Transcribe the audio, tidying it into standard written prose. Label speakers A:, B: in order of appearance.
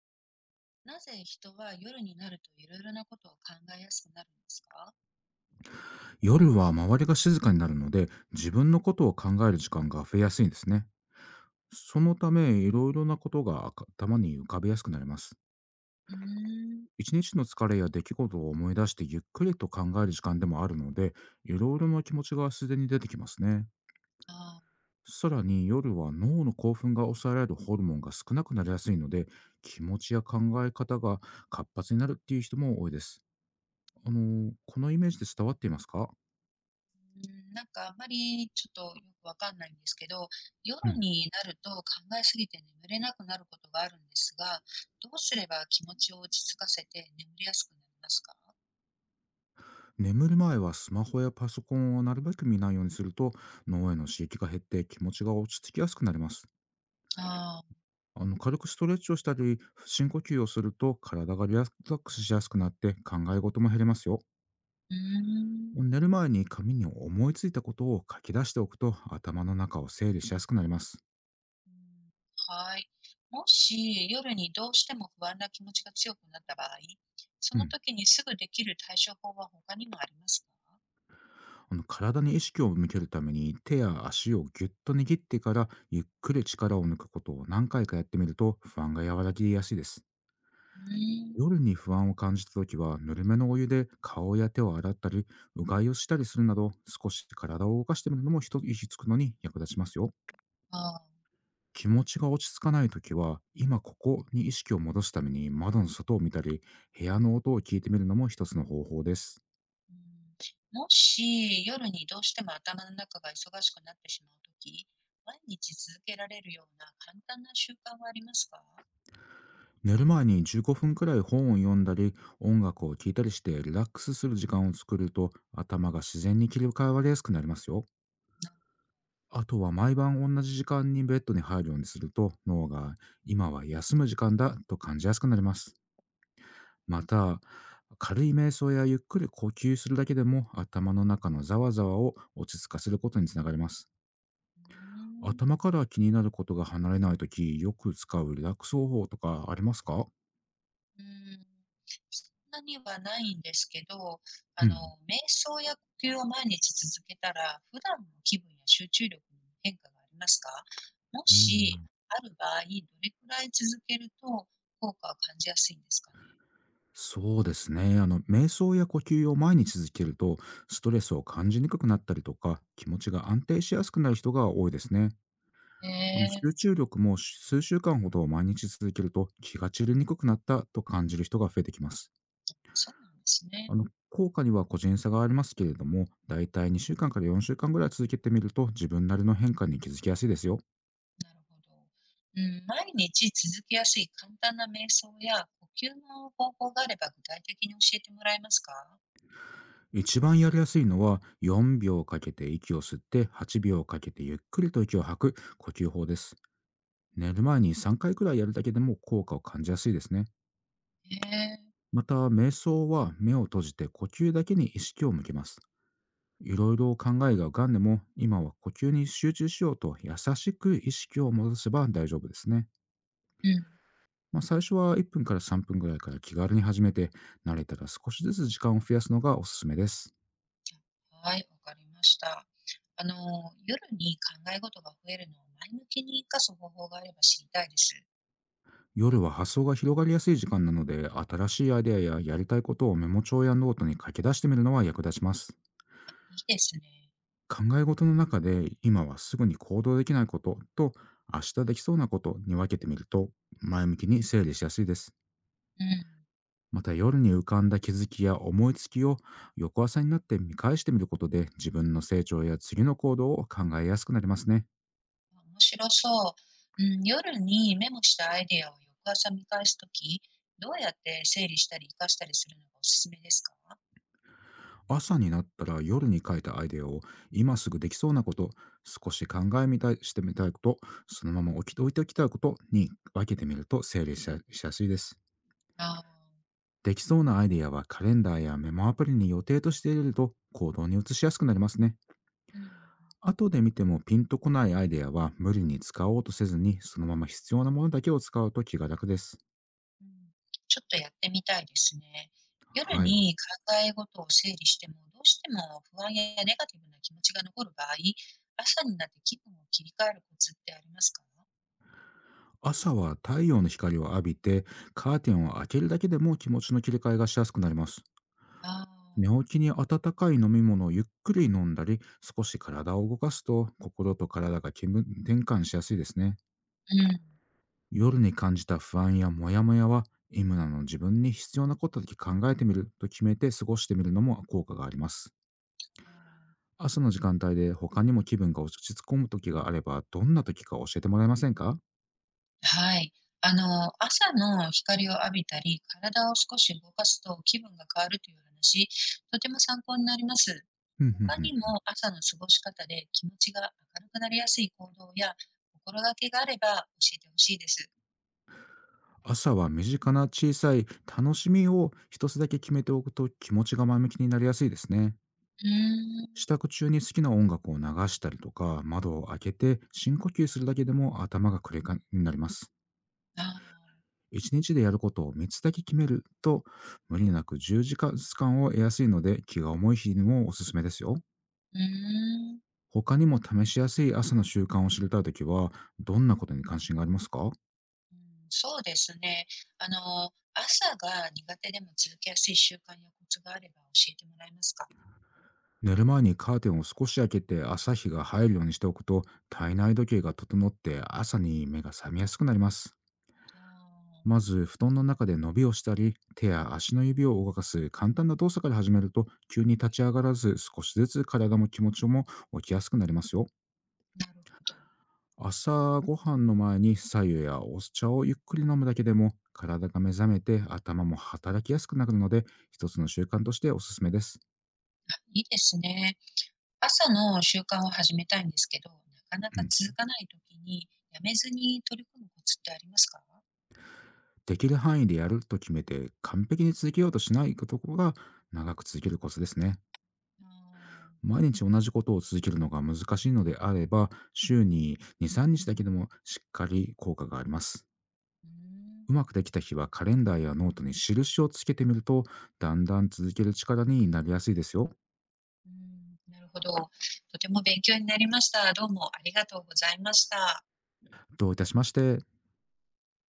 A: なぜ人は夜になるといろいろなことを考えやすくなるんですか？
B: 夜は周りが静かになるので、自分のことを考える時間が増えやすいんですね。そのため、いろいろなことが頭に浮かべやすくなります。
A: うーん。
B: 一日の疲れや出来事を思い出してゆっくりと考える時間でもあるので、いろいろな気持ちがすでに出てきますね。
A: ああ、
B: さらに、夜は脳の興奮が抑えられるホルモンが少なくなりやすいので、気持ちや考え方が活発になるっていう人も多いです。このイメージで伝わっていますか？
A: なんかあんまりちょっとよくわかんないんですけど、
B: う
A: 夜
B: ん。
A: になると考えすぎて眠れなくなることがあるんですが、どうすれば気持ちを落ち着かせて眠りやすくなりますか？
B: 眠る前は、スマホやパソコンをなるべく見ないようにすると、脳への刺激が減って気持ちが落ち着きやすくなります。
A: ああ、
B: 軽くストレッチをしたり、深呼吸をすると体がリラックスしやすくなって、考え事も減りますよ。
A: うーん。
B: 寝る前に紙に思いついたことを書き出しておくと、頭の中を整理しやすくなります。
A: うん、はい。もし夜にどうしても不安な気持ちが強くなった場合、そ
B: う
A: の
B: ん、
A: 時にすぐできる対処法は他にもありますか？
B: 体に意識を向けるために、手や足をぎゅっと握ってからゆっくり力を抜くことを何回かやってみると、不安が和らぎやすいです。
A: うーん。
B: 夜に不安を感じたときは、ぬるめのお湯で顔や手を洗ったり、うがいをしたりするなど、少し体を動かしてみるのも一息つくのに役立ちますよ。
A: ああ、
B: 気持ちが落ち着かないときは、今ここに意識を戻すために窓の外を見たり、部屋の音を聞いてみるのも一つの方法です。
A: うん。もし、夜にどうしても頭の中が忙しくなってしまうとき、毎日続けられるような簡単な習慣はありますか？
B: 寝る前に15分くらい本を読んだり、音楽を聴いたりしてリラックスする時間を作ると、頭が自然に切り替わりやすくなりますよ。
A: な、
B: あとは毎晩同じ時間にベッドに入るようにすると、脳が今は休む時間だと感じやすくなります。また、軽い瞑想やゆっくり呼吸するだけでも、頭の中のざわざわを落ち着かせることにつながります。
A: うーん、
B: 頭から気になることが離れないとき、よく使うリラックス方法とかありますか？
A: うーん。そんなにはないんですけど、
B: う
A: あの、
B: ん。
A: 瞑想や呼吸を毎日続けたら、普段の気分や集中力に変化がありますか？も
B: う
A: し、
B: ん、
A: ある場合、どれくらい続けると効果を感じやすいんですかね？
B: そうですね。瞑想や呼吸を毎日続けると、ストレスを感じにくくなったりとか、気持ちが安定しやすくなる人が多いですね。
A: へ
B: 集
A: え、
B: 中力も数週間ほど毎日続けると、気が散りにくくなったと感じる人が増えてきます。
A: そうなんですね。
B: 効果には個人差がありますけれども、だいたい2週間かんから4週間ぐらい続けてみると、自分なりの変化に気づきやすいですよ。
A: なるほど。うん、毎日続けやすい簡単な瞑想や呼吸の方法があれば具体的に教えてもらえますか？
B: 一番やりやすいのは、4秒かけて息を吸って8秒かけてゆっくりと息を吐く呼吸法です。寝る前に3回くらいやるだけでも効果を感じやすいですね。
A: へえ。
B: また、瞑想は目を閉じて呼吸だけに意識を向けます。いろいろ考えが浮かんでも、今は呼吸に集中しようと優しく意識を戻せば大丈夫ですね。
A: うん。
B: まあ、最初は1分から3分ぐらいから気軽に始めて、慣れたら少しずつ時間を増やすのがおすすめです。
A: はい、わかりました。あの、夜に考え事が増えるのを前向きに活かす方法があれば知りたいです。
B: 夜は発想が広がりやすい時間なので、新しいアイデアややりたいことをメモ帳やノートに書き出してみるのは役立ちます。
A: あ、いいですね。
B: 考え事の中で、今はすぐに行動できないことと、明日できそうなことに分けてみると、前向きに整理しやすいです。
A: うん。
B: また、夜に浮かんだ気づきや思いつきを翌朝になって見返してみることで、自分の成長や次の行動を考えやすくなりますね。
A: 面白そう。うん、夜にメモしたアイデアを翌朝見返すとき、どうやって整理したり活かしたりするのがおすすめですか？
B: 朝になったら、夜に書いたアイデアを今すぐできそうなこと、少し考えみたいしてみたいこと、そのまま置いておきたいことに分けてみると、整理しやすいです。
A: ああ
B: できそうなアイデアはカレンダーやメモアプリに予定として入れると、行動に移しやすくなりますね。
A: ー。うん。
B: 後で見てもピンとこないアイデアは無理に使おうとせずに、そのまま必要なものだけを使うと気が楽です。
A: うん、ちょっとやってみたいですね。夜
B: はい。
A: に考え事を整理しても、どうしても不安やネガティブな気持ちが残る場合、朝になって気分を切り替えるコツってありますか？
B: 朝は太陽の光を浴びてカーテンを開けるだけでも、気持ちの切り替えがしやすくなります。
A: ああ、
B: 寝起きに温かい飲み物をゆっくり飲んだり、少し体を動かすと心と体が気分転換しやすいですね。
A: うん。
B: 夜に感じた不安やモヤモヤは、今の自分に必要なことだけ考えてみると決めて過ごしてみるのも効果があります。
A: あ
B: 朝の時間帯で他にも気分が落ち着込む時があれば、どんな時か教えてもらえませんか？
A: ーはい。朝の光を浴びたり、体を少し動かすと気分が変わるという話、とても参考になります。
B: ふんふん
A: 他
B: ふ
A: にも
B: ん。
A: 朝の過ごし方で気持ちが明るくなりやすい行動や心がけがあれば教えてほしいです。
B: 朝は身近な小さい楽しみを一つだけ決めておくと、気持ちが前向きになりやすいですね。
A: うー
B: 支
A: ん、
B: 度中に好きな音楽を流したりとか、窓を開けて深呼吸するだけでも頭がクレカになります。
A: ああ、
B: 一日でやることを3つだけ決めると、無理なく10時間を得やすいので、気が重い日にもおすすめですよ。
A: うーん、うん、
B: 他にも試しやすい朝の習慣を知りたいときは、どんなことに関心がありますか？
A: そうですね。朝が苦手でも続けやすい習慣やコツがあれば教えてもらえますか？
B: 寝る前にカーテンを少し開けて朝日が入るようにしておくと、体内時計が整って朝に目が覚めやすくなります。
A: ああ、
B: まず、布団の中で伸びをしたり、手や足の指を動かす簡単な動作から始めると、急に立ち上がらず、少しずつ体も気持ちも起きやすくなりますよ。
A: なるほど。
B: 朝ごはんの前に白湯やお茶をゆっくり飲むだけでも体が目覚めて頭も働きやすくなるので、一つの習慣としておすすめです。
A: あ、いいですね。朝の習慣を始めたいんですけど、なかな
B: う
A: か
B: ん、
A: 続かない時にやめずに取り組むコツってありますか？
B: できる範囲でやると決めて完璧に続けようとしないところが長く続けるコツですね。
A: ああ、
B: 毎日同じことを続けるのが難しいのであれば、週に2、3日だけでもしっかり効果があります。
A: うーん、
B: うまくできた日はカレンダーやノートに印をつけてみると、だんだん続ける力になりやすいですよ。
A: うーん、なるほど。とても勉強になりました。どうもありがとうございました。
B: どういたしまして。